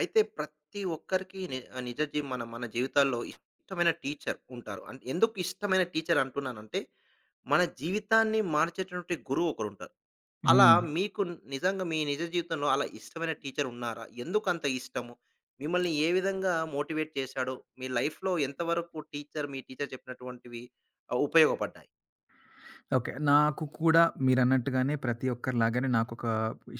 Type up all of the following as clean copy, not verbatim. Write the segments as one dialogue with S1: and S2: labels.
S1: అయితే ప్రతి ఒక్కరికి ని నిజ జీ మన మన జీవితాల్లో ఇష్టమైన టీచర్ ఉంటారు. అంటే ఎందుకు ఇష్టమైన టీచర్ అంటున్నానంటే, మన జీవితాన్ని మార్చేటటువంటి గురువు ఒకరుంటారు. అలా
S2: హ్మ్.
S1: మీకు నిజంగా మీ నిజ జీవితంలో అలా ఇష్టమైన టీచర్ ఉన్నారా? ఎందుకంత ఇష్టము? మిమ్మల్ని ఏ విధంగా మోటివేట్ చేశాడు? మీ లైఫ్‌లో ఎంతవరకు మీ టీచర్ చెప్పినటువంటివి ఉపయోగపడ్డాయి?
S2: ఓకే. నాకు కూడా మీరన్నట్టుగానే ప్రతి ఒక్కరిలాగానే నాకొక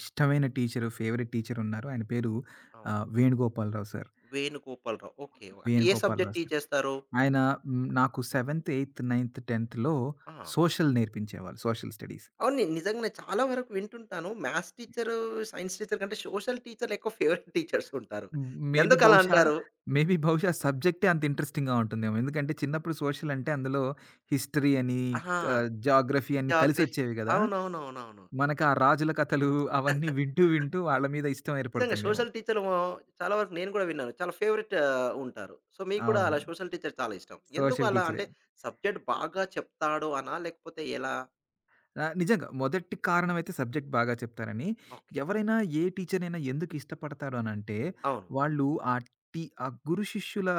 S2: ఇష్టమైన టీచరు, ఫేవరెట్ టీచరున్నారు. ఆయన పేరు
S1: అవును.
S2: వేణుగోపాలరావు సార్.
S1: వేణుగోపాలరావు. ఓకే. అంటే ఏ సబ్జెక్ట్
S2: వేణుగోపాలరావు
S1: టీచ్
S2: సార్.
S1: చేస్తారు?
S2: ఆయన నాకు సెవెంత్, ఎయిత్, నైన్త్, 10థ్‌లో
S1: ఆ!
S2: సోషల్ నేర్పించేవాళ్ళు. Social studies.
S1: అవును. నిజంగానే చాలా వరకు వింటుంటాను. మ్యాథ్స్ టీచరు, సైన్స్ టీచర్ కంటే సోషల్ టీచర్లెక్కువ ఫేవరెట్ టీచర్స్ ఉంటారు.
S2: హ్మ్. మేబీ
S1: ఎందుకలా
S2: బహుశా,
S1: అంటారు?
S2: మేబీ బహుశా సబ్జెక్టే అంత ఇంట్రెస్టింగ్‌గా ఉంటుందేమో. ఎందుకంటే చిన్నప్పుడు సోషల్ అంటే అందులో హిస్టరీ అని,
S1: ఆహా!
S2: జాగ్రఫీ అని
S1: జాగ్రఫ్
S2: కలిసొచ్చేవి గదా!
S1: అవునవునవునవును.
S2: మనకు ఆ రాజుల కథలు అవన్నీ వింటూ, వింటూ వాళ్ళ మీద ఇష్టం
S1: నిజంగా
S2: ఏర్పడుతుందేమో.
S1: సోషల్ టీచరు చాలా వరకు నేను కూడా విన్నాను. చాలా ఫేవరెట్ ఉంటారు. సో, మీకు కూడా
S2: అవును,
S1: అలా సోషల్ టీచర్ చాలా ఇష్టం. ఎందుకు
S2: సోషల్
S1: అలా
S2: టీచరే.
S1: అంటే సబ్జెక్ట్ బాగా చెప్తాడు అనా? లేకపోతే ఎలా?
S2: నిజంగా మొదటి కారణమైతే సబ్జెక్ట్ బాగా చెప్తారని.
S1: ఓకే.
S2: ఎవరైనా ఏ టీచర్‌నైనా ఎందుకు ఇష్టపడతారు అనంటే,
S1: అవును.
S2: వాళ్ళు ఆ టీ ఆ గురు శిష్యుల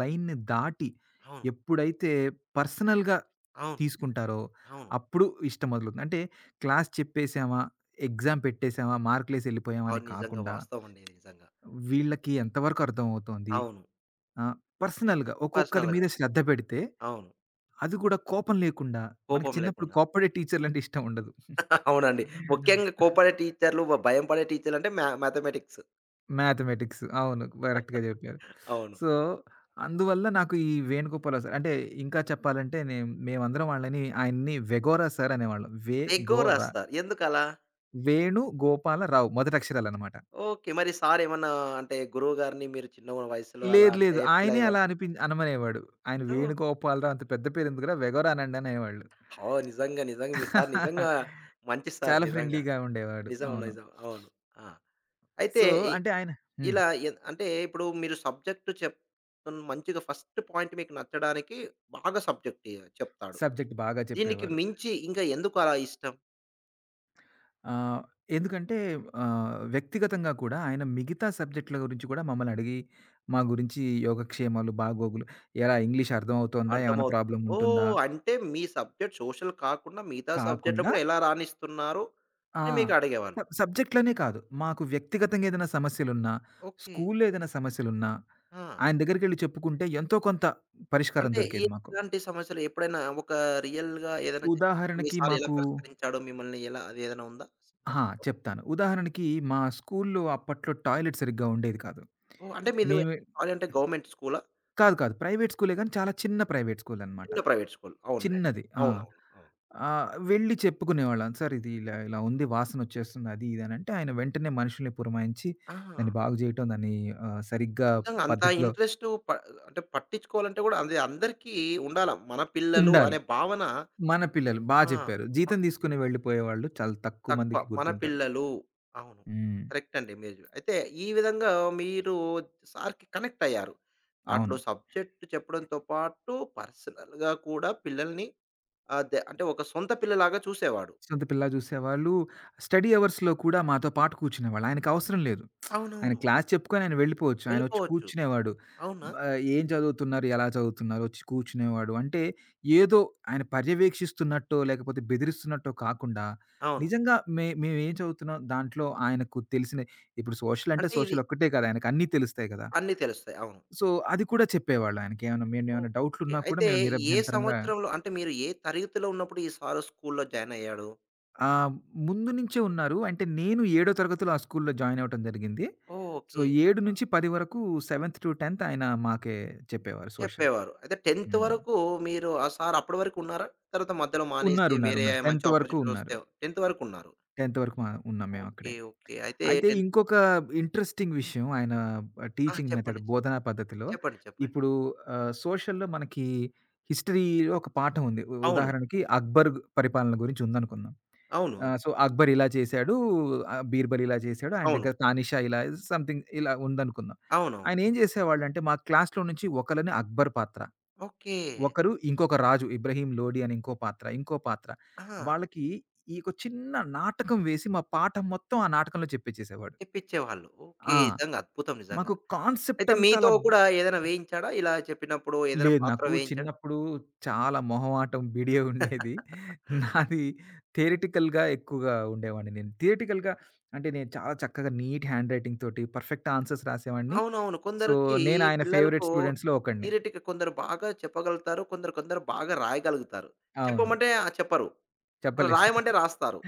S2: లైన్‌ని దాటి
S1: అవును.
S2: ఎప్పుడైతే పర్సనల్‌గా
S1: అవును.
S2: తీసుకుంటారో,
S1: అవును.
S2: అప్పుడు ఇష్టం మొదలవుతుంది. అంటే క్లాస్ చెప్పేసామా, ఎగ్జామ్ పెట్టేసామా, మార్కులేసి ఎళ్ళిపోయామా అని
S1: అవును. నిజంగా
S2: కాకుండా,
S1: వాస్తవం అండి ఇది నిజంగా.
S2: వీళ్ళకి ఎంతవరకు అర్థమవుతోంది,
S1: అవును.
S2: ఆహ్, పర్సనల్‌గా ఒక్కొక్కరి
S1: పర్సనల్‌గా.
S2: మీద శ్రద్ధ పెడితే,
S1: అవును.
S2: అది కూడా కోపం లేకుండా. మనకి
S1: కోపం
S2: చిన్నప్పుడు
S1: లేకుండా.
S2: కోప్పడే టీచర్‌లంటే ఇష్టం ఉండదు.
S1: అవునండి. ముఖ్యంగా కోపడే టీచర్లు, భయపడే టీచర్లంటే మ్యాథమెటిక్స్.
S2: మ్యాథమెటిక్స్. అవును, కరెక్ట్‌గా జెప్పారు.
S1: అవును.
S2: సో, అందువల్ల నాకు ఈ వేణుగోపాలరావు సార్ అంటే ఇంకా చెప్పాలంటే మేమందరం ఆయన్ని వెగోరా సార్ అనేవాళ్ళం. వే గో
S1: ఎక్కువ
S2: రా.
S1: రాస్తారు. ఎందుకలా?
S2: వేణుగోపాలరావు మొదటక్షరాలనమాట.
S1: ఓకే. మరి సారేమన్నా అంటే గురువుగారిని మీరు చిన్న వయసులో అలా
S2: లేదు,
S1: అంటే
S2: లేదు,
S1: ఫీల్
S2: ఆయనే
S1: అయ్యేవారు.
S2: అలా అనమనేవాడు. ఆయన,
S1: ఓహ్!
S2: వేణుగోపాలరావు అంత పెద్ద పేరెందుకురా వెగోరా అనండి అనేవాళ్ళు.
S1: ఓహ్! నిజంగా. నిజంగా. మీ సార్ నిజంగా మంచి సార్
S2: చాలా
S1: నిజంగా.
S2: ఫ్రెండ్లీగా ఉండేవాడు.
S1: నిజం.
S2: అవును.
S1: నిజం. అవును. ఆ! అయితే
S2: సో,
S1: ఇ
S2: అంటే ఆయన హ్మ్.
S1: ఇలా అంటే ఇప్పుడు మీరు సబ్జెక్ట్ మంచిగా ఫస్ట్ పాయింట్ మీకు నచ్చడానికి బాగా సబ్జెక్ట్ చెప్తాడు.
S2: సబ్జెక్ట్ బాగా
S1: దీనికి
S2: చెప్పేవారు.
S1: మించి ఇంకా ఎందుకు అలా ఇష్టం?
S2: ఆహ్, ఎందుకంటే వ్యక్తిగతంగా కూడా ఆయన మిగతా సబ్జెక్ట్‌ల గురించి కూడా మమ్మల్ని అడిగి, మా గురించి, యోగక్షేమాలు, బాగోగులు, ఎలా ఇంగ్లీష్ అర్థమవుతోందా? ఏమన్నా
S1: అర్థమవుతుంది.
S2: ప్రాబ్లమ్ ఉంటుందా?
S1: ఓహ్! అంటే మీ సబ్జెక్ట్ సోషల్ కాకుండా మిగతా సబ్జెక్ట్‌లో
S2: కాకుండా
S1: కూడా ఎలా రాణిస్తున్నారు
S2: ఆ!
S1: అని మీకు అడిగేవాళ్ళు.
S2: సబ్జెక్ట్‌లనే కాదు. మాకు వ్యక్తిగతంగా ఏదైనా సమస్యలున్నా,
S1: ఓకే.
S2: స్కూల్‌లో ఏదైనా సమస్యలున్నా,
S1: ఆ!
S2: ఆయన దగ్గరికెళ్ళి చెప్పుకుంటే ఎంతో కొంత పరిష్కారం
S1: అంటే
S2: దొరికేది మాకు.
S1: ఇలాంటి సమస్యలు ఎప్పుడైనా ఒక రియల్‌గా ఏదైనా జరిగినప్పుడు మీ
S2: ఉదాహరణకి
S1: సార్ ఎలా
S2: మాకు
S1: పరిష్కరించాడు? మిమ్మల్ని ఎలా అది ఏదైనా ఉందా?
S2: ఆ!
S1: సందర్భం?
S2: చెప్తాను. ఉదాహరణకి మా స్కూల్‌లో అప్పట్లో టాయిలెట్ సరిగ్గా ఉండేది కాదు.
S1: ఓహ్! అంటే మీది
S2: మేము
S1: కాలేజ్ అంటే గవర్నమెంట్ స్కూలా?
S2: కాదు, కాదు, ప్రైవేట్ స్కూలే గానీ, చాలా చిన్న ప్రైవేట్ స్కూలనమాట.
S1: చిన్న ప్రైవేట్ స్కూల్. అవునులెండి.
S2: చిన్నది. ఆ!
S1: అవునవును. అవును.
S2: వెళ్లి చెప్పుకునేవాళ్ళం. "సార్, ఇది ఇలా, ఇలా ఉంది. వాసనొచ్చేస్తుంది. అది, ఇది" అనంటే, ఆయన వెంటనే మనుషుల్ని పురమాయించి,
S1: ఆ!
S2: దాన్ని బాగు జేయటం, దాన్ని సరిగ్గా
S1: నిజంగా అంత
S2: పద్ధతిలో
S1: ఇంట్రెస్ట్ అంటే పట్టించుకోవాలంటే కూడా అది అందరికీ ఉండాల. మన పిల్లలు
S2: ఉండాలి.
S1: అనే భావన.
S2: మన పిల్లలు. బా చెప్పారు.
S1: ఆ!
S2: జీతం తీసుకొని వెళ్ళిపోయేవాళ్ళు చాలా తక్కువ
S1: తక్కువ.
S2: మందికి
S1: మన
S2: గుర్తుంటారు.
S1: పిల్లలు. అవును.
S2: హ్మ్.
S1: కరెక్ట్ అండి మీరు. అయితే ఈ విధంగా మీరు సార్‌కి కనెక్ట్ అయ్యారు. అట్లు
S2: అవును.
S1: సబ్జెక్ట్ చెప్పడంతో పాటు పర్సనల్‌గా కూడా పిల్లల్ని అంటే ఒక సొంత పిల్లలాగా చూసేవాడు.
S2: 'శ్రీశాంత్ పిల్ల' జూసేవాళ్ళు. స్టడీ అవర్స్‌లో కూడా మాతో పాటు కూర్చునేవాళ్ళు. ఆయనకవసరం లేదు. ఆయన
S1: అవునవును.
S2: క్లాస్ చెప్పుకొని ఆయన వెళ్ళిపోవచ్చు. ఆయనొచ్చి
S1: వెళ్ళిపోవచ్చు.
S2: కూర్చునేవాడు.
S1: అవునా?
S2: ఏం చదువుతున్నారు? ఎలా చదువుతున్నారు? వచ్చి కూర్చునేవాడు. అంటే ఏదో ఆయన పర్యవేక్షిస్తున్నట్టో, లేకపోతే బెదిరిస్తున్నట్టో కాకుండా,
S1: అవును.
S2: నిజంగా మేమేం చదువుతున్నాం దాంట్లో ఆయనకు తెలిసిన, ఇప్పుడు సోషల్ అంటే
S1: అంటే ఇది
S2: సోషల్ ఒక్కటే కాదు, ఆయనకన్నీ తెలుస్తాయి కదా!
S1: అన్నీ తెలుస్తాయి. అవును.
S2: సో, అది కూడా చెప్పేవాళ్ళు. ఆయనకేమన్నా మేమేమన్నా
S1: ఓకే.
S2: డౌట్లున్నా కూడా
S1: అయితే
S2: మేము
S1: ఏ
S2: నిరభ్యంతరంగా
S1: సంవత్సరంలో అంటే మీరు ఏ తరగతిలో ఉన్నప్పుడు ఈ సారు స్కూల్‌లో జాయిన్ అయ్యాడు?
S2: ఆ! ముందు నుంచే ఉన్నారు. అంటే నేను ఏడో తరగతిలో ఆ స్కూల్‌లో జాయిన్ అవ్వటం జరిగింది. So,
S1: okay. ఆ!
S2: 7-10 వరకు 7థ్-10థ్ ఆయన మాకే చెప్పేవారు సోషల్.
S1: చెప్పేవారు. అయితే 10th
S2: హ్మ్.
S1: వరకు మీరు ఆ సార్ అప్పటి వరకు ఉన్నారా? తర్వాత మధ్యలో
S2: ఉన్నారు,
S1: మానేసి
S2: ఉన్నారు,
S1: వేరే
S2: ఉన్నారు,
S1: మంచి
S2: 10థ్ వరకు
S1: ఆపర్చునిటీస్
S2: ఉన్నారు.
S1: వస్తే 10th వరకు ఉన్నారు.
S2: 10థ్ వరకు మా ఉన్నాం మేము
S1: ఓకే.
S2: అక్కడే.
S1: ఓకే. అయితే
S2: అయితే
S1: 10th.
S2: ఇంకొక ఇంట్రెస్టింగ్ విషయం, ఆయన
S1: ఆ!
S2: టీచింగ్ మెథడ్
S1: చెప్పండి.
S2: బోధనా పద్ధతిలో
S1: చెప్పండి. చెప్పండి.
S2: ఇప్పుడు సోషల్‌లో మనకి హిస్టరీలో ఒక పాఠం ఉంది.
S1: అవును.
S2: ఉదాహరణకి అక్బర్ పరిపాలన గురించి ఉందనుకుందాం.
S1: అవును.
S2: ఆ! సో, 'అక్బర్' ఇలా చేశాడు, 'బీర్బల్' ఇలా చేశాడు, ఆయన
S1: అవును.
S2: దగ్గర 'తానిషా' ఇలా సంథింగ్ ఇలా ఉందనుకుందాం.
S1: అవునవును.
S2: ఆయన ఏం చేసేవాళ్ళంటే మా క్లాస్‌లో నుంచి ఒకళ్ళని 'అక్బర్' పాత్ర,
S1: ఓకే.
S2: ఒకరు ఇంకొక రాజు 'ఇబ్రహీం లోడి' అని ఇంకో పాత్ర, ఇంకో పాత్ర.
S1: ఆహా!
S2: వాళ్ళకి ఈ ఒక చిన్న నాటకం వేసి మా పాఠం మొత్తం ఆ నాటకంలో చెప్పిచ్చేసేవాడు.
S1: తెప్పించేవాళ్ళు. ఓకే.
S2: ఆ!
S1: నిజంగా అద్భుతం నిజంగా.
S2: మాకు కాన్సెప్ట్
S1: అయితే
S2: అంతా
S1: మీతో
S2: అలా.
S1: కూడా ఏదైనా వేయించాడా? ఇలా చెప్పినప్పుడు ఏదైనా
S2: లేదు.
S1: పాత్ర
S2: నాకు
S1: వేయించాడా?
S2: చిన్నప్పుడు చాలా మొహమాటం, బిడియ ఉండేది. నాది థియరిటికల్‌గా ఎక్కువగా ఉండేవాడిని నేను. థియరిటికల్‌గా అంటే నేను చాలా చక్కగా నీట్ హ్యాండ్ రైటింగ్ తోటి పర్ఫెక్ట్ ఆన్సర్స్ రాసేవాడిని.
S1: అవునవును.
S2: సో,
S1: కొందరికి
S2: నేను ఆయన ఫేవరెట్
S1: పిల్లలకు
S2: స్టూడెంట్స్‌లో ఒకడిని.
S1: థియరిటిక్ కొందరు బాగా చెప్పగలుగుతారు. కొందరు కొందరు బాగా రాయగలుగుతారు.
S2: అవును.
S1: చెప్పమంటే చెప్పరు. అలా
S2: చెప్పలేదు.
S1: రాయమంటే రాస్తారు.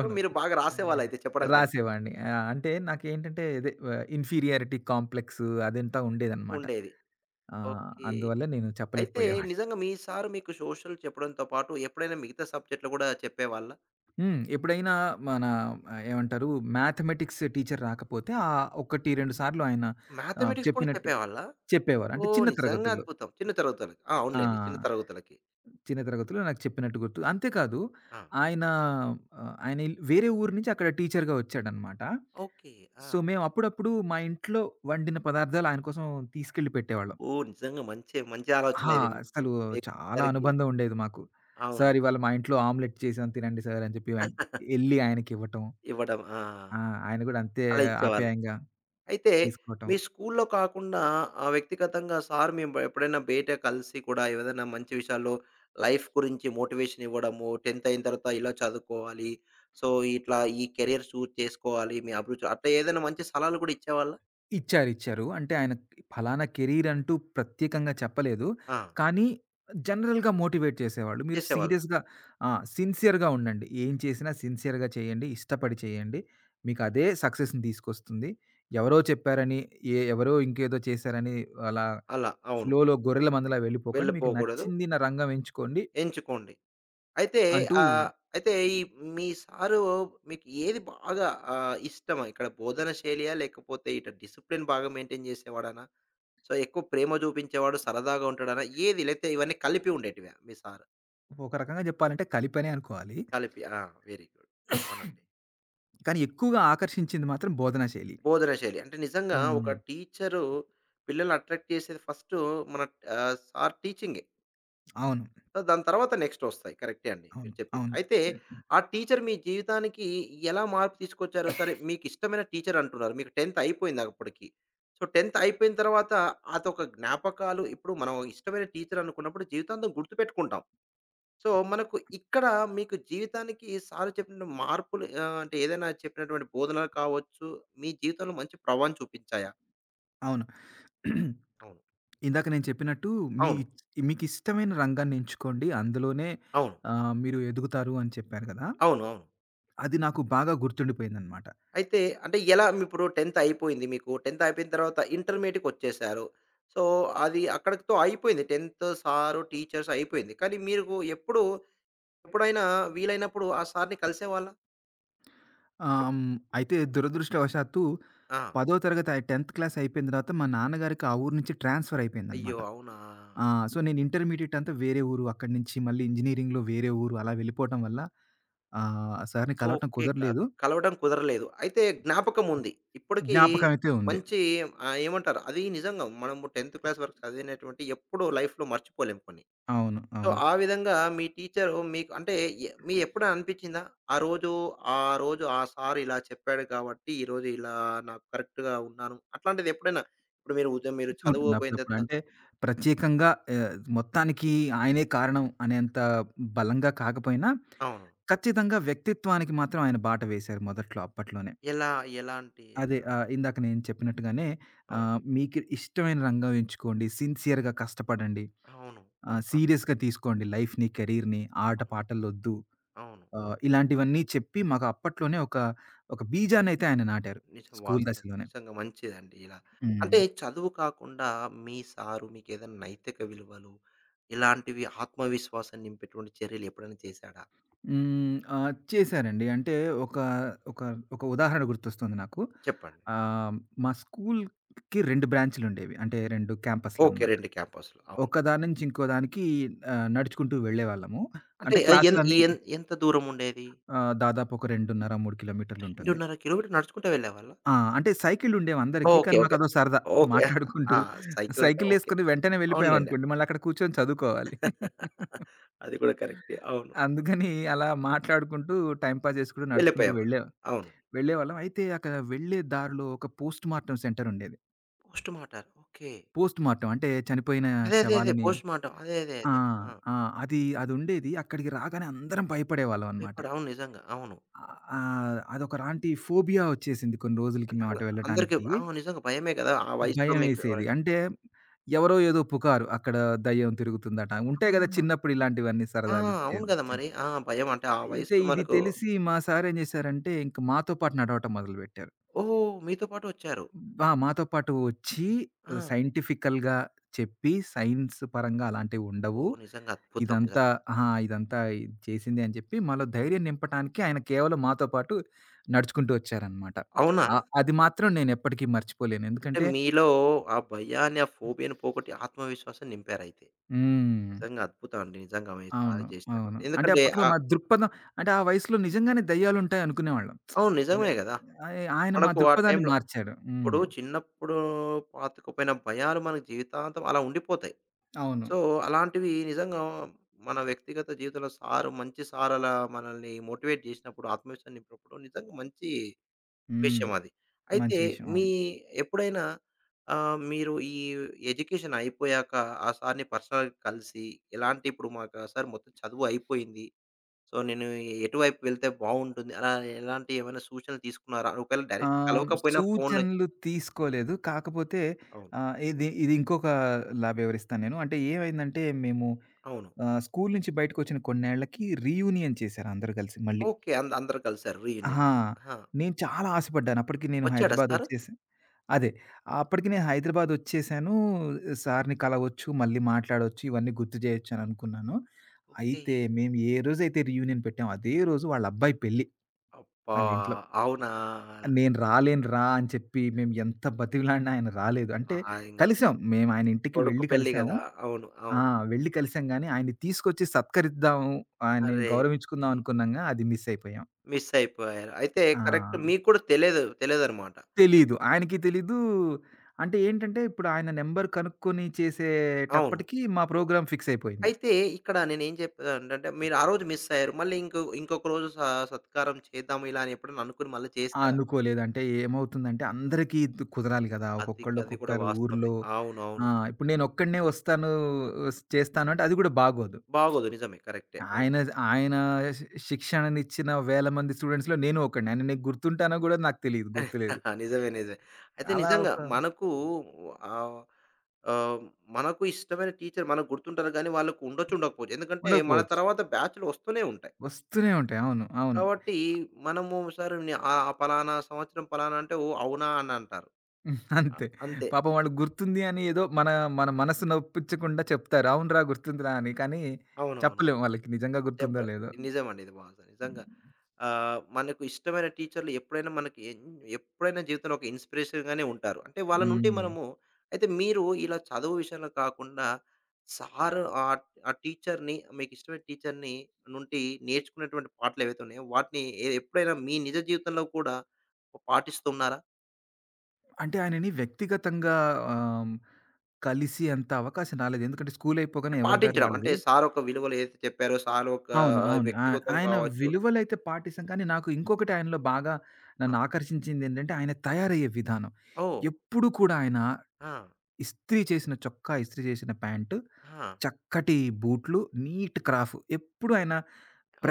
S1: సో, మీరు బాగా రాసేవాళ్ళయితే చెప్పడం కంటే.
S2: రాసేవాడిని. ఆ! అంటే నాకేంటంటే ఇదే ఇన్ఫీరియారిటీ కాంప్లెక్స్ అదంతా ఉండేదనమాట.
S1: ఉండేది. ఓకే.
S2: అందువల్ల నేను
S1: అయితే
S2: చెప్పలేకపోయేవాడిని.
S1: నిజంగా మీ సారు మీకు సోషల్ చెప్పడంతో పాటు ఎప్పుడైనా మిగతా సబ్జెక్ట్‌లు గూడా చెప్పేవాళ్ళా?
S2: ఎప్పుడైనా మన ఏమంటారు, మ్యాథమెటిక్స్ టీచర్ రాకపోతే 1, 2 సార్లు ఆయన
S1: మ్యాథమెటిక్స్ కూడా
S2: చెప్పినట్టు
S1: చెప్పేవాళ్ళా?
S2: చెప్పేవారు. అంటే
S1: ఓహ్!
S2: చిన్న
S1: నిజంగా
S2: తరగతుల్లో.
S1: అద్భుతం. చిన్న తరగతులకి. ఆ!
S2: ఆ!
S1: అవునులెండి. చిన్న తరగతులకి.
S2: చిన్న తరగతిలో నాకు చెప్పినట్టు గుర్తు. అంతేకాదు,
S1: ఆ!
S2: ఆయన ఆయన వేరే ఊరు నుంచి అక్కడ టీచర్‌గా వచ్చాడనమాట.
S1: ఓకే. ఆ!
S2: సో, మేము అప్పుడప్పుడు మా ఇంట్లో వండిన పదార్థాలు ఆయన కోసం తీసుకెళ్ళి పెట్టేవాళ్ళం.
S1: ఓహ్! నిజంగా మంచి మంచి
S2: ఆ!
S1: ఆలోచన ఇది మీరు
S2: అసలు
S1: మీ
S2: చాలా
S1: సార్‌కి.
S2: అనుబంధం ఉండేది మాకు.
S1: అవును.
S2: సార్, ఇవాళ మా ఇంట్లో ఆమ్లెట్ చేశాం తినండి సార్ అని చెప్పి ఆయన ఎళ్లి ఆయనకివ్వటం.
S1: ఇవ్వడం. ఆ!
S2: ఆ! ఆయన గూడా అంతే
S1: అలా ఇచ్చేవాళ్ళు.
S2: ఆప్యాయంగా
S1: అయితే
S2: తీసుకోవటం.
S1: మీ స్కూల్‌లో కాకుండా వ్యక్తిగతంగా సార్ మేము ఎప్పుడైనా బయట కలిసి కూడా ఏదైనా మంచి విషయాల్లో లైఫ్ గురించి మోటివేషన్ ఇవ్వడము, 10th అయిన తర్వాత ఇలా చదువుకోవాలి. సో, ఇట్లా ఈ కెరియర్ చూజ్ చేసుకోవాలి. మీ అభిరుచి అట్లా ఏదైనా మంచి సలహాలు కూడా ఇచ్చేవాళ్ళా?
S2: ఇచ్చారు, ఇచ్చారు. అంటే ఆయన ఫలానా కెరీర్ అంటూ ప్రత్యేకంగా చెప్పలేదు.
S1: ఆ!
S2: కానీ జనరల్‌గా మోటివేట్ చేసేవాళ్ళు. మీరు
S1: చేసేవాళ్ళు.
S2: సీరియస్‌గా ఆ! సిన్సియర్‌గా ఉండండి. ఏం చేసినా సిన్సియర్‌గా చేయండి. ఇష్టపడి చేయండి. మీకు అదే సక్సెస్‌ని తీసుకొస్తుంది. ఎవరో చెప్పారని, ఎవరో ఇంకేదో చేశారని అలా
S1: అలా అవును.
S2: ఫ్లోలో గొర్రెల మందలా వెళ్ళిపోకండి. మీకు
S1: వెళ్ళిపోకూడదు.
S2: నచ్చింది నా రంగం ఎంచుకోండి
S1: ఎంచుకోండి. అయితే
S2: అంటూ,
S1: ఆహ్, అయితే ఈ మీ సారు మీకు ఏది బాగా ఇష్టం? ఇక్కడ బోధన శైలియా? లేకపోతే ఇటు డిసిప్లిన్ బాగా మెయింటైన్ చేసేవాడనా? సో, ఎక్కువ ప్రేమ చూపించేవాడు, సరదాగా ఉంటాడనా? ఏది? లేకపోతే ఇవన్నీ కలిపి ఉండేటివా మీ సారు?
S2: ఒక రకంగా చెప్పాలంటే కలిపనే అనుకోవాలి.
S1: కలిపి. ఆ! Very good. అవునండి.
S2: కానీ ఎక్కువగా ఆకర్షించింది మాత్రం బోధనా శైలి.
S1: బోధన శైలి. అంటే నిజంగా
S2: హ్మ్.
S1: ఒక టీచరు పిల్లల్ని అట్రాక్ట్ చేసేది ఫస్టు మన సార్ టీచింగే.
S2: అవును,
S1: సో, దాని తర్వాత నెక్స్ట్ వస్తాయి. కరెక్టే అండి మీరు
S2: అవును,
S1: చెప్పింది.
S2: అవును,
S1: అయితే ఆ టీచర్ మీ జీవితానికి ఎలా మార్పు తీసుకొచ్చారో సరే మీకిష్టమైన టీచర్ అంటున్నారు. మీకు 10th అయిపోయింది అప్పటికి. సో, 10th అయిపోయిన తర్వాత అదొక జ్ఞాపకాలు ఇప్పుడు మనం ఇష్టమైన టీచర్ అనుకున్నప్పుడు జీవితాంతం గుర్తుపెట్టుకుంటాం. సో, మనకు ఇక్కడ మీకు జీవితానికి సార్ చెప్పిన మార్పులు, అంటే ఏదైనా చెప్పినటువంటి బోధనలు కావచ్చు, మీ జీవితంలో మంచి ప్రభావం చూపించాయా?
S2: అవును.
S1: అవును.
S2: ఇందాక నేను చెప్పినట్టు, మీ
S1: అవును.
S2: మీకిష్టమైన రంగాన్ని ఎంచుకోండి. అందులోనే
S1: అవును.
S2: మీరు ఎదుగుతారు అని చెప్పారు కదా!
S1: అవును. అవును.
S2: అది నాకు బాగా గుర్తుండిపోయిందనమాట.
S1: అయితే అంటే ఎలా మీ ఇప్పుడు 10th అయిపోయింది మీకు. 10థ్ అయిపోయిన తర్వాత ఇంటర్మీడియట్‌కొచ్చేసారు. సో, అది అక్కడితో అయిపోయింది. 10th సారు, టీచర్స్ అయిపోయింది. కానీ మీకు ఎప్పుడైనా వీలైనప్పుడు ఆ సార్‌ని కలిసేవాళ్ళా?
S2: ఆహ్,
S1: అప్
S2: హ్మ్. అయితే దురదృష్టవశాత్తు
S1: ఆ!
S2: 10థ్ క్లాస్ అయిపోయిన తర్వాత మా నాన్నగారికి ఆ ఊరు నుంచి ట్రాన్స్‌ఫర్
S1: అయ్యో!
S2: అయిపోయిందనమాట.
S1: అవునా?
S2: ఆ! సో, నేను ఇంటర్మీడియేట్ అంతా వేరే ఊరు. అక్కడి నుంచి మళ్ళీ ఇంజినీరింగ్‌లో వేరే ఊరు అలా వెళ్ళిపోవటం వల్ల సార్‌ని కలవటం
S1: ఓకే.
S2: కుదరలేదు.
S1: కలవడం కుదరలేదు. అయితే జ్ఞాపకం ఉంది. ఇప్పటికీ
S2: జ్ఞాపకం అయితే ఉంది.
S1: మంచి ఏమంటారు అది నిజంగా మనము 10th క్లాస్ వరకు చదివినటువంటి ఎప్పుడూ లైఫ్‌లో మర్చిపోలేము కొన్ని.
S2: అవును,
S1: సో,
S2: అవును.
S1: ఆ విధంగా మీ టీచరు మీకు అంటే ఎ మీ ఎప్పుడైనా అనిపించిందా? ఆ రోజు, ఆ రోజు ఆ సార్ ఇలా చెప్పాడు కాబట్టి, ఈరోజు ఇలా నాకు కరెక్ట్‌గా ఉన్నాను. అట్లాంటిది ఎప్పుడైనా ఇప్పుడు మీరు ఉదయం మీరు చదువు
S2: ఉంటుంది
S1: పోయిన
S2: అప్పుడప్పుడు.
S1: తర్వాత
S2: అంటే ప్రత్యేకంగా మొత్తానికి ఆయనే కారణం అనేంత బలంగా కాకపోయినా,
S1: అవును.
S2: ఖచ్చితంగా వ్యక్తిత్వానికి మాత్రం ఆయన బాట వేశారు మొదట్లో అప్పట్లోనే.
S1: ఎలా? ఎలాంటి
S2: అదే
S1: ఎలా?
S2: ఇందాక నేను చెప్పినట్టుగానే
S1: అవును.
S2: మీకు ఇష్టమైన రంగం ఎంచుకోండి. సిన్సియర్‌గా కష్టపడండి.
S1: అవును.
S2: సీరియస్‌గా తీసుకోండి లైఫ్‌ని, కెరీర్‌ని, ఆట
S1: అవును.
S2: పాటలొద్దు.
S1: అవును.
S2: ఇలాంటివన్నీ చెప్పి మాకు అప్పట్లోనే ఒక బీజాన్నయితే ఆయన నాటారు.
S1: నిజం
S2: స్కూల్
S1: వాస్తవం.
S2: దశలోనే.
S1: నిజంగా మంచిదండి ఇలా.
S2: హ్మ్.
S1: అంటే చదువు కాకుండా మీ సారు మీకేదైనా నైతిక విలువలు, ఇలాంటివి ఆత్మవిశ్వాసం నింపేటువంటి చర్యలు ఎప్పుడైనా చేశాడా?
S2: హ్మ్. ఆ! చేశారండి. అంటే ఒక, ఒక, ఒక ఉదాహరణ గుర్తొస్తుంది నాకు.
S1: చెప్పండి.
S2: ఆహ్, మా స్కూల్‌కి 2 బ్రాంచులుండేవి. అంటే 2
S1: ఓకే.
S2: క్యాంపస్‌లనమాట.
S1: 2 క్యాంపస్‌లు. అవును.
S2: ఒకదాని నుంచి ఇంకో దానికి నడుచుకుంటూ వెళ్ళేవాళ్ళము.
S1: అంటే
S2: అంటే
S1: ఎన్ ఈ
S2: క్లాసులన్నీ
S1: ఎన్ ఎంత దూరం ఉండేది?
S2: దాదాపు ఒక 2.5, 3 కిలోమీటర్లుంటుంది.
S1: 2.5 కిలోమీటర్లు నడుచుకుంటూ వెళ్ళేవాళ్ళా?
S2: ఆ! అంటే సైకిళ్ళుండేవి అందరికీ.
S1: ఓకే.
S2: కానీ
S1: ఓకే.
S2: మాకదో సరదా.
S1: ఓకే. ఆ!
S2: మాట్లాడుకుంటూ,
S1: సైకిల్ అంటే ఓకే.
S2: సైకిళ్ళేసుకొని వెంటనే
S1: అవునులెండి.
S2: వెళ్ళిపోయామనుకోండి, మళ్ళక్కడ కూర్చొని చదువుకోవాలి.
S1: అది కూడా కరెక్టే. అవును.
S2: అందుకని అలా మాట్లాడుకుంటూ, టైమ్ పాస్ చేసుకుంటూ, నడుచుకుంటూ
S1: వెళ్ళిపోయేవారు. అవును.
S2: వెళ్ళేవాళ్ళం. అయితే అక్కడ వెళ్ళే దారిలో ఒక పోస్ట్ మార్టం సెంటర్ ఉండేది.
S1: పోస్ట్‌మార్టం. ఓకే.
S2: పోస్ట్ మార్టం అంటే చనిపోయిన
S1: అదే. అదే. అదే.
S2: శవాలని
S1: పోస్ట్‌మార్టం. అదే. అదే.
S2: ఆ!
S1: అదే. ఆ!
S2: ఆ! అది అదుండేది. అక్కడికి రాగానే అందరం భయపడేవాళ్ళం అన్నమాట.
S1: ఇప్పుడు అవును నిజంగా. అవును.
S2: అదొక లాంటి ఫోబియా వచ్చేసింది కొన్ని రోజులకి
S1: అంత
S2: మేము అటు
S1: అందరికి
S2: వెళ్ళటానికి.
S1: అవును నిజంగా భయమే కదా! ఆ వయసులో మీకు
S2: భయమేసేది.
S1: ఎవరైనా.
S2: అంటే ఎవరో ఏదో పుకారు. అక్కడ దయ్యం తిరుగుతుందట.
S1: ఆ!
S2: ఉంటాయి గదా! చిన్నప్పుడు ఇలాంటివన్నీ
S1: ఆ!
S2: సరదాలు.
S1: అవును
S2: చిన్
S1: కదా!
S2: చిన్
S1: మరి. ఆ! భయం అంటే ఆ
S2: అయితే
S1: వయసులో
S2: ఇది
S1: మనకు.
S2: తెలిసి మా సారేం జేశారంటే ఇంక మాతో పాటు నడవటం మొదలుపెట్టారు.
S1: ఓహ్! మీతో పాటు వచ్చారు.
S2: ఆ! మాతో పాటు వచ్చి
S1: ఆ!
S2: సైంటిఫికల్‌గా చెప్పి, సైన్స్ పరంగా అలాంటివుండవు.
S1: ఓహ్! నిజంగా అద్భుతం. నిజంగా.
S2: ఇదంతా అహా! ఇదంతా ఇది చేసిందే అని చెప్పి, మాలో ధైర్యం నింపటానికి ఆయన కేవలం మాతో పాటు నడుచుకుంటూ వచ్చారనమాట.
S1: అవునా?
S2: అది మాత్రం నేనెప్పటికీ మర్చిపోలేను.
S1: అంటే
S2: ఎందుకంటే
S1: మీలో ఆ భయాన్ని, ఆ ఫోబియాని పోగొట్టి ఆత్మవిశ్వాసం నింపారయితే.
S2: హ్మ్.
S1: నిజంగా అద్భుతం అండి. నిజంగా మీరు సాధన
S2: అవును, అవును.
S1: చేసినటువంటి.
S2: అంటే
S1: ఎందుకంటే
S2: అప్పట్లో మా దృక్పథం అంటే ఆ వయసులో నిజంగానే దెయ్యాలుంటాయి అనుకునేవాళ్ళం.
S1: అవును.
S2: ద
S1: నిజమే గదా!
S2: ఆయ ఆయన మా
S1: మనకు ఆ
S2: దృక్పథాన్ని
S1: టైంలో
S2: మార్చాడు.
S1: ఇప్పుడు చిన్నప్పుడు పాతుకుపోయిన భయాలు మన జీవితాంతం అలా ఉండిపోతాయి.
S2: అవును.
S1: సో, అలాంటివి నిజంగా మన వ్యక్తిగత జీవితంలో సారు మంచి సార్ అలా మనల్ని మోటివేట్ జేసినప్పుడు, ఆత్మవిశ్వాసం నింపినప్పుడు నిజంగా మంచి
S2: హ్మ్.
S1: విషయం అది. అయితే
S2: మంచి విషయం.
S1: మీ
S2: అవును.
S1: ఎప్పుడైనా మీరు ఈ ఎడ్యుకేషన్ అయిపోయాక ఆ సార్‌ని పర్సనల్‌గా కలిసి ఎలాంటి ఇప్పుడు మాకు ఆ సార్ మొత్తం చదువు అయిపోయింది. సో, నేను ఎటువైపు వెళ్తే బావుంటుంది. అలా ఎలాంటి ఏమైనా సూచనలు తీసుకున్నారా? ఒకవేళ డైరెక్ట్
S2: ఆహ్,
S1: కలవకపోయినా ఫోన్‌లో.
S2: సూచనలు తీసుకోలేదు. కాకపోతే
S1: అవును.
S2: ఇది ఇది ఇంకొకలా వివరిస్తాను నేను. అంటే ఏమైందంటే మేము
S1: అవును.
S2: స్కూలు నుంచి బయటకొచ్చిన కొన్నేళ్ళకి రీయూనియన్ చేశారు అందరూ కలిసి మళ్ళీ.
S1: ఓకే. అందరూ కలిసారు రీయూనియన్.
S2: ఆ!
S1: ఆహా!
S2: నేను చాలా ఆశపడ్డాను. అప్పటికి నేను
S1: వచ్చాడా
S2: హైదరాబాద్
S1: సారు?
S2: వచ్చేసా అదే. అప్పటికి నేను హైదరాబాద్ వచ్చేసాను. సార్‌ని కలవచ్చు, మళ్ళీ మాట్లాడొచ్చు, ఇవన్నీ గుర్తు చేయొచ్చు అని అనుకున్నాను.
S1: ఓకే.
S2: అయితే మేము ఏ రోజైతే రీయూనియన్ పెట్టామో అదే రోజు వాళ్ళ అబ్బాయి పెళ్లి
S1: అబ్బా!
S2: వాళ్ళ ఇంట్లో.
S1: అవునా!
S2: నేను రాలేనురా! అని చెప్పి మేము ఎంత బతిమిలాడినా ఆయన రాలేదు.
S1: ఆ!
S2: అంటే
S1: ఇంగ
S2: కలిసాం. మేము ఆయన ఇంటికి
S1: కొడుకు
S2: వెళ్లి
S1: పెళ్లి
S2: కలిసాము.
S1: గదా! అవును.
S2: ఆ!
S1: అవును.
S2: వెళ్లి కలిసాం గానీ, ఆయన్ని తీసుకొచ్చి సత్కరిద్దాము, ఆయన్ని
S1: అరెరే!
S2: గౌరవించుకుందాం అనుకున్నాంగా అది మిస్ అయిపోయాం.
S1: మిస్ అయిపోయారు. అయితే
S2: ఆ!
S1: కరెక్ట్ మీకు కూడా తెలీదు. తెలీదనమాట.
S2: తెలీదు. ఆయనకి తెలీదు. అంటే ఏంటంటే, ఇప్పుడు ఆయన నంబర్ కనుక్కొని
S1: అవును.
S2: చేసేటప్పటికి మా ప్రోగ్రామ్ ఫిక్స్ అయిపోయింది.
S1: అయితే ఇక్కడ నేనేం చెప్పేదాన్నంటే మీరు ఆ రోజు మిస్ అయ్యారు. మళ్ళీ ఇంకొక రోజు సత్కారం చేద్దాం ఇలా అని ఎప్పుడైనా అనుకుని మళ్ళీ
S2: ఆ,
S1: చేసారా?
S2: అనుకోలేదు. అంటే ఏమవుతుందంటే అందరికీ కుదరాలి గదా!
S1: అది
S2: ఒక్కొక్కళ్ళు
S1: అది కూడా
S2: ఒక్కొక్కరు
S1: వాస్తవమే.
S2: ఊర్లో. ఆ!
S1: అవునవును.
S2: ఇప్పుడు నేనొక్కడినే వస్తాను, చేస్తాను అంటే అది గూడా బాగోదు.
S1: బాగోదు. నిజమే. కరెక్టే. అవును.
S2: ఆయన ఆయన శి శిక్షణనిచ్చిన వేల మంది స్టూడెంట్స్‌లో నేను ఒకడిని. ఆయన నేను గుర్తుంటానో గూడా నాకు తెలీదు. గుర్తులేదు.
S1: నిజమే. నిజమే. అయితే
S2: అలా
S1: నిజంగా
S2: ఒక
S1: మనకు ఆహ్, ఆహ్, మనకు ఇష్టమైన టీచర్ మనకు గుర్తుంటారు గానీ వాళ్ళకు ఉండొచ్చు, ఉండకపోవచ్చు. ఎందుకంటే మన
S2: ఉండకపోవచ్చు.
S1: తర్వాత బ్యాచ్‌లు వస్తూనే ఉంటాయి.
S2: వస్తూనే ఉంటాయి. అవును, అవును.
S1: కాబట్టి మనము సరే ఆ పలానా సంవత్సరం పలానా అంటే ఓహ్! అవునా అని అంటారు. అ
S2: అంతే.
S1: అంతే.
S2: పాపం వాళ్ళు గుర్తుంది అని ఏదో మన మన మనసు నొప్పించకుండా చెప్తారు. అవునురా గుర్తుందిరా అని. కానీ
S1: అవునవును.
S2: చెప్పలేం వాళ్ళకి నిజంగా గుర్తుందో
S1: చెప్పలే.
S2: లేదో.
S1: నిజమండి ఇది వాస్తవం. నిజంగా. మనకు ఇష్టమైన టీచర్లు ఎప్పుడైనా మనకి ఎప్పుడైనా జీవితంలో ఒక ఇన్స్పిరేషన్‌గానే ఉంటారు. అంటే వాళ్ళ నుండి
S2: హ్మ్.
S1: మనము. అయితే మీరు ఇలా చదువు విషయంలో కాకుండా సార్, ఆ టీచర్‌ని మీకు ఇష్టమైన టీచర్‌ని నుండి నేర్చుకున్నటువంటి పాఠాలు ఏవైతే ఉన్నాయో వాటిని ఎప్పుడైనా మీ నిజ జీవితంలో కూడా పాటిస్తున్నారా?
S2: అంటే ఆయనని వ్యక్తిగతంగా ఆహ్, కలిసి అంత అవకాశం రాలేదు. ఎందుకంటే స్కూల్ అయిపోగానే ఎవరి దారి
S1: పాటించడం. అంటే
S2: వాళ్ళది.
S1: సార్ ఒక విలువలు ఏదైతే చెప్పారో, సార్ ఒక
S2: అవును, అవును. ఆ!
S1: వ్యక్తిగతం
S2: ఆయన
S1: కావచ్చు.
S2: విలువలైతే పాటిస్తాం. కానీ నాకు ఇంకొకటి ఆయనలో బాగా నన్ను ఆకర్షించిందేంటంటే ఆయన తయారయ్యే విధానం.
S1: ఓహ్!
S2: ఎప్పుడు కూడా ఆయన
S1: ఆ!
S2: ఇస్త్రీ చేసిన చొక్కా, ఇస్త్రీ చేసిన ప్యాంటు,
S1: ఆ!
S2: చక్కటి బూట్లు, నీట్ క్రాఫ్. ఎప్పుడు ఆయన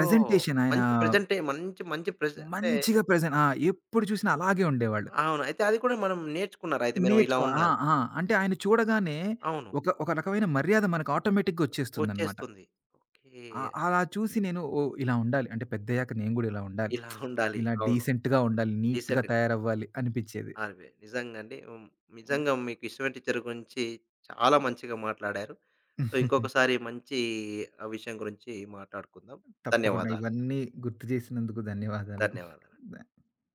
S1: ఓహ్!
S2: ఆయన
S1: మంచి మంచి మంచి అంటే
S2: మంచిగా ప్రెజెంట్ ఆ! ఎప్పుడు చూసినా అలాగే ఉండేవాళ్ళు.
S1: అవును. అయితే అది కూడా మనం నేర్చుకున్నారయితే మీరు ఇలా
S2: ఆ!
S1: ఉండాలి.
S2: ఆ! అంటే ఆయన చూడగానే
S1: అవును.
S2: ఒక ఒక రకమైన మర్యాద మనకు ఆటోమేటిక్‌గా వచ్చేస్తుందన్నమాట.
S1: వచ్చేస్తుంది. ఓకే.
S2: ఆ! అలా చూసి నేను ఓహ్! ఇలా ఉండాలి. అంటే పెద్దయ్యాక నేను గూడా ఇలా ఉండాలి.
S1: ఇలా ఉండాలి.
S2: ఇలా
S1: అవును.
S2: డీసెంట్‌గా ఉండాలి. నీట్‌గా
S1: డీసెంట్
S2: తయారవ్వాలి అనిపిచ్చేది.
S1: RBI. నిజంగా అండి. హ్మ్. నిజంగా మీకు ఇష్టమైన టీచర్ గురించి చాలా మంచిగా మాట్లాడారు. సో, ఇంకొకసారి మంచి విషయం గురించి మాట్లాడుకుందాం.
S2: తప్పకుండా
S1: ధన్యవాదాలు.
S2: ఇవన్నీ గుర్తు చేసినందుకు ధన్యవాదాలు.
S1: ధన్యవాదాలు.
S2: ద